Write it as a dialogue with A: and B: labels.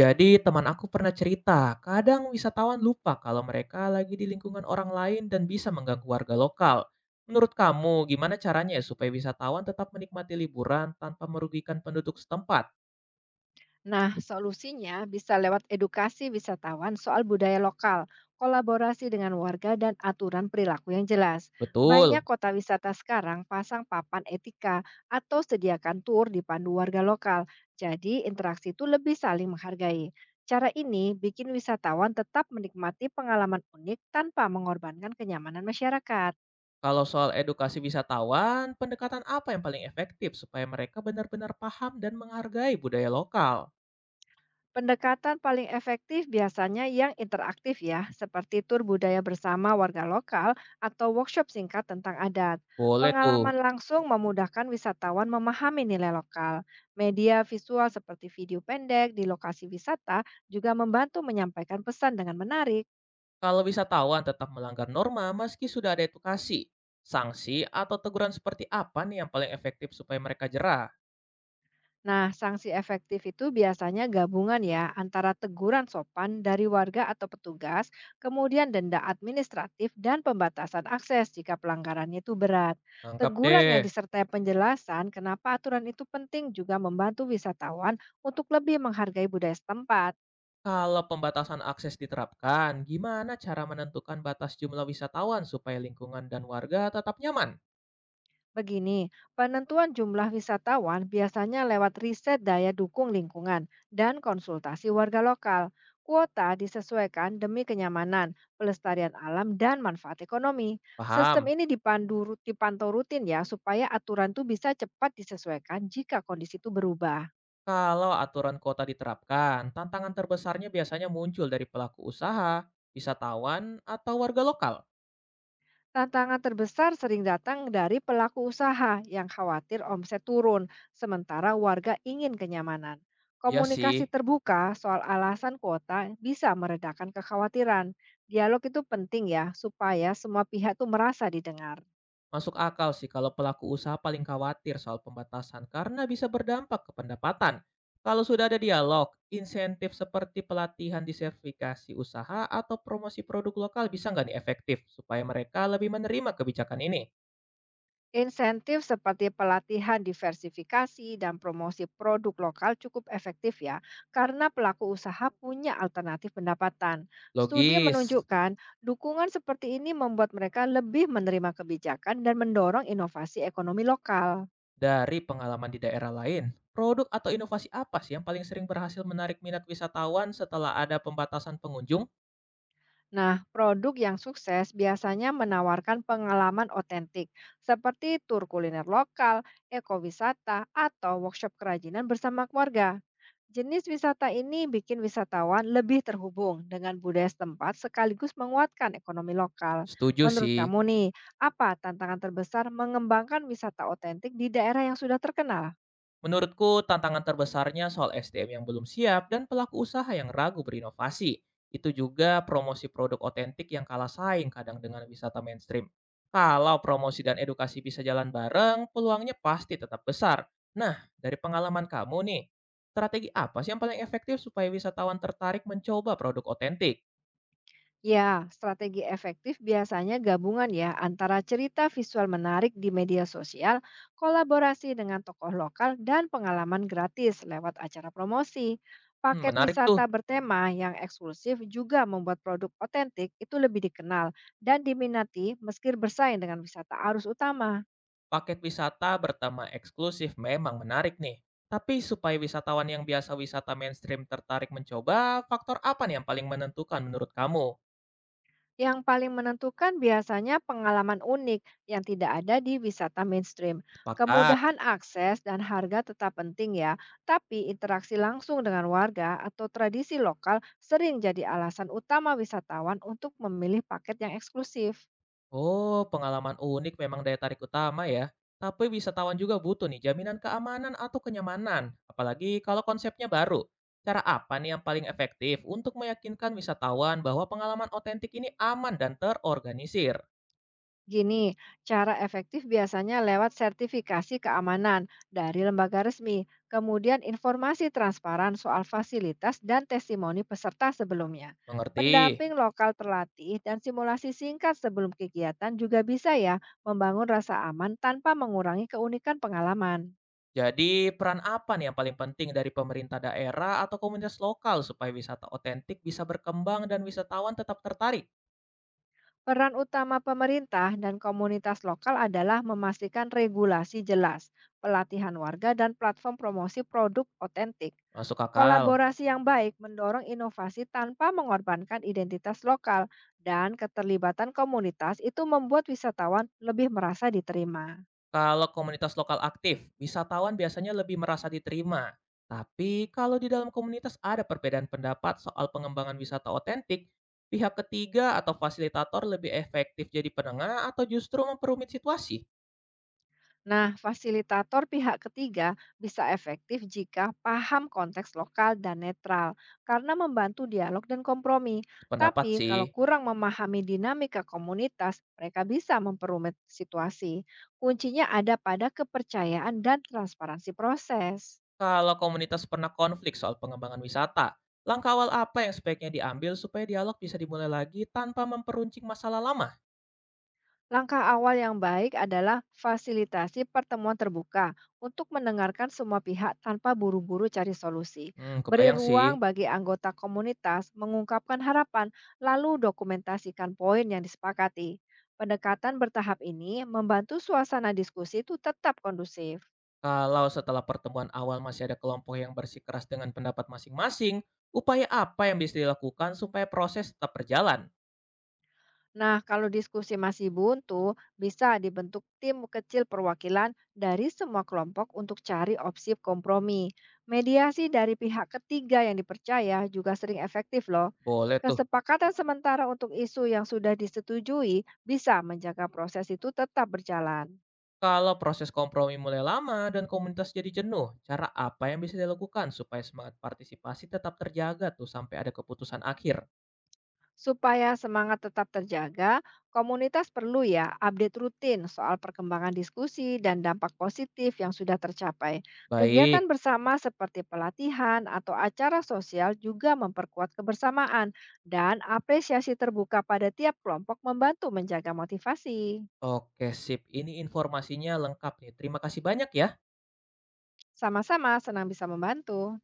A: Jadi teman aku pernah cerita, kadang wisatawan lupa kalau mereka lagi di lingkungan orang lain dan bisa mengganggu warga lokal. Menurut kamu, gimana caranya ya supaya wisatawan tetap menikmati liburan tanpa merugikan penduduk setempat?
B: Nah, solusinya bisa lewat edukasi wisatawan soal budaya lokal, kolaborasi dengan warga, dan aturan perilaku yang jelas. Banyak
A: Betul.
B: kota wisata sekarang pasang papan etika atau sediakan tur dipandu warga lokal, jadi interaksi itu lebih saling menghargai. Cara ini bikin wisatawan tetap menikmati pengalaman unik tanpa mengorbankan kenyamanan masyarakat.
A: Kalau soal edukasi wisatawan, pendekatan apa yang paling efektif supaya mereka benar-benar paham dan menghargai budaya lokal?
B: Pendekatan paling efektif biasanya yang interaktif ya, seperti tur budaya bersama warga lokal atau workshop singkat tentang adat.
A: Boleh tuh.
B: Pengalaman langsung memudahkan wisatawan memahami nilai lokal. Media visual seperti video pendek di lokasi wisata juga membantu menyampaikan pesan dengan menarik.
A: Kalau wisatawan tetap melanggar norma meski sudah ada edukasi, sanksi atau teguran seperti apa nih yang paling efektif supaya mereka jerah?
B: Nah, sanksi efektif itu biasanya gabungan ya antara teguran sopan dari warga atau petugas, kemudian denda administratif dan pembatasan akses jika pelanggarannya itu berat.
A: Nangkap
B: Teguran yang
A: deh.
B: disertai penjelasan kenapa aturan itu penting juga membantu wisatawan untuk lebih menghargai budaya setempat.
A: Kalau pembatasan akses diterapkan, gimana cara menentukan batas jumlah wisatawan supaya lingkungan dan warga tetap nyaman?
B: Begini, penentuan jumlah wisatawan biasanya lewat riset daya dukung lingkungan dan konsultasi warga lokal. Kuota disesuaikan demi kenyamanan, pelestarian alam, dan manfaat ekonomi. Sistem
A: Paham?
B: ini dipandu dipantau rutin ya, supaya aturan itu bisa cepat disesuaikan jika kondisi itu berubah.
A: Kalau aturan kota diterapkan, tantangan terbesarnya biasanya muncul dari pelaku usaha, wisatawan, atau warga lokal.
B: Tantangan terbesar sering datang dari pelaku usaha yang khawatir omset turun, sementara warga ingin kenyamanan.
A: Iya
B: Komunikasi
A: sih.
B: terbuka soal alasan kuota bisa meredakan kekhawatiran. Dialog itu penting ya, supaya semua pihak tuh merasa didengar.
A: Masuk akal sih kalau pelaku usaha paling khawatir soal pembatasan karena bisa berdampak ke pendapatan. Kalau sudah ada dialog, insentif seperti pelatihan disertifikasi usaha atau promosi produk lokal bisa nggak nih efektif supaya mereka lebih menerima kebijakan ini?
B: Insentif seperti pelatihan diversifikasi dan promosi produk lokal cukup efektif ya, karena pelaku usaha punya alternatif pendapatan. Studi
A: Logis.
B: menunjukkan dukungan seperti ini membuat mereka lebih menerima kebijakan dan mendorong inovasi ekonomi lokal.
A: Dari pengalaman di daerah lain, produk atau inovasi apa sih yang paling sering berhasil menarik minat wisatawan setelah ada pembatasan pengunjung?
B: Nah, produk yang sukses biasanya menawarkan pengalaman otentik, seperti tur kuliner lokal, ekowisata, atau workshop kerajinan bersama keluarga. Jenis wisata ini bikin wisatawan lebih terhubung dengan budaya setempat sekaligus menguatkan ekonomi lokal.
A: Setuju
B: Menurut
A: sih.
B: kamu nih, apa tantangan terbesar mengembangkan wisata otentik di daerah yang sudah terkenal?
A: Menurutku, tantangan terbesarnya soal SDM yang belum siap dan pelaku usaha yang ragu berinovasi. Itu juga promosi produk otentik yang kalah saing kadang dengan wisata mainstream. Kalau promosi dan edukasi bisa jalan bareng, peluangnya pasti tetap besar. Nah, dari pengalaman kamu nih, strategi apa sih yang paling efektif supaya wisatawan tertarik mencoba produk otentik?
B: Ya, strategi efektif biasanya gabungan ya antara cerita visual menarik di media sosial, kolaborasi dengan tokoh lokal, dan pengalaman gratis lewat acara promosi.
A: Hmm,
B: Paket
A: menarik tuh.
B: wisata bertema yang eksklusif juga membuat produk otentik itu lebih dikenal dan diminati meski bersaing dengan wisata arus utama.
A: Paket wisata bertema eksklusif memang menarik nih. Tapi supaya wisatawan yang biasa wisata mainstream tertarik mencoba, faktor apa nih yang paling menentukan menurut kamu?
B: Yang paling menentukan biasanya pengalaman unik yang tidak ada di wisata mainstream.
A: Sepakat.
B: Kemudahan akses dan harga tetap penting ya, tapi interaksi langsung dengan warga atau tradisi lokal sering jadi alasan utama wisatawan untuk memilih paket yang eksklusif.
A: Oh, pengalaman unik memang daya tarik utama ya. Tapi wisatawan juga butuh nih jaminan keamanan atau kenyamanan, apalagi kalau konsepnya baru. Cara apa nih yang paling efektif untuk meyakinkan wisatawan bahwa pengalaman otentik ini aman dan terorganisir?
B: Gini, cara efektif biasanya lewat sertifikasi keamanan dari lembaga resmi, kemudian informasi transparan soal fasilitas dan testimoni peserta sebelumnya.
A: Mengerti?
B: Pendamping lokal terlatih dan simulasi singkat sebelum kegiatan juga bisa ya membangun rasa aman tanpa mengurangi keunikan pengalaman.
A: Jadi peran apa nih yang paling penting dari pemerintah daerah atau komunitas lokal supaya wisata otentik bisa berkembang dan wisatawan tetap tertarik?
B: Peran utama pemerintah dan komunitas lokal adalah memastikan regulasi jelas, pelatihan warga, dan platform promosi produk otentik.
A: Masuk akal.
B: Kolaborasi yang baik mendorong inovasi tanpa mengorbankan identitas lokal, dan keterlibatan komunitas itu membuat wisatawan lebih merasa diterima.
A: Kalau komunitas lokal aktif, wisatawan biasanya lebih merasa diterima. Tapi kalau di dalam komunitas ada perbedaan pendapat soal pengembangan wisata otentik, pihak ketiga atau fasilitator lebih efektif jadi penengah atau justru memperumit situasi?
B: Nah, fasilitator pihak ketiga bisa efektif jika paham konteks lokal dan netral karena membantu dialog dan kompromi.
A: Pendapat
B: Tapi
A: sih.
B: kalau kurang memahami dinamika komunitas, mereka bisa memperumit situasi. Kuncinya ada pada kepercayaan dan transparansi proses.
A: Kalau komunitas pernah konflik soal pengembangan wisata, langkah awal apa yang sebaiknya diambil supaya dialog bisa dimulai lagi tanpa memperuncing masalah lama?
B: Langkah awal yang baik adalah fasilitasi pertemuan terbuka untuk mendengarkan semua pihak tanpa buru-buru cari solusi.
A: Hmm,
B: Beri
A: kebayang sih.
B: ruang bagi anggota komunitas mengungkapkan harapan, lalu dokumentasikan poin yang disepakati. Pendekatan bertahap ini membantu suasana diskusi itu tetap kondusif.
A: Kalau setelah pertemuan awal masih ada kelompok yang bersikeras dengan pendapat masing-masing, upaya apa yang bisa dilakukan supaya proses tetap berjalan?
B: Nah, kalau diskusi masih buntu, bisa dibentuk tim kecil perwakilan dari semua kelompok untuk cari opsi kompromi. Mediasi dari pihak ketiga yang dipercaya juga sering efektif loh.
A: Boleh tuh.
B: Kesepakatan sementara untuk isu yang sudah disetujui bisa menjaga proses itu tetap berjalan.
A: Kalau proses kompromi mulai lama dan komunitas jadi jenuh, cara apa yang bisa dilakukan supaya semangat partisipasi tetap terjaga tuh sampai ada keputusan akhir?
B: Supaya semangat tetap terjaga, komunitas perlu ya update rutin soal perkembangan diskusi dan dampak positif yang sudah tercapai. Kegiatan
A: Baik.
B: bersama seperti pelatihan atau acara sosial juga memperkuat kebersamaan dan apresiasi terbuka pada tiap kelompok membantu menjaga motivasi.
A: Oke sip, ini informasinya lengkap nih. Terima kasih banyak ya.
B: Sama-sama senang bisa membantu.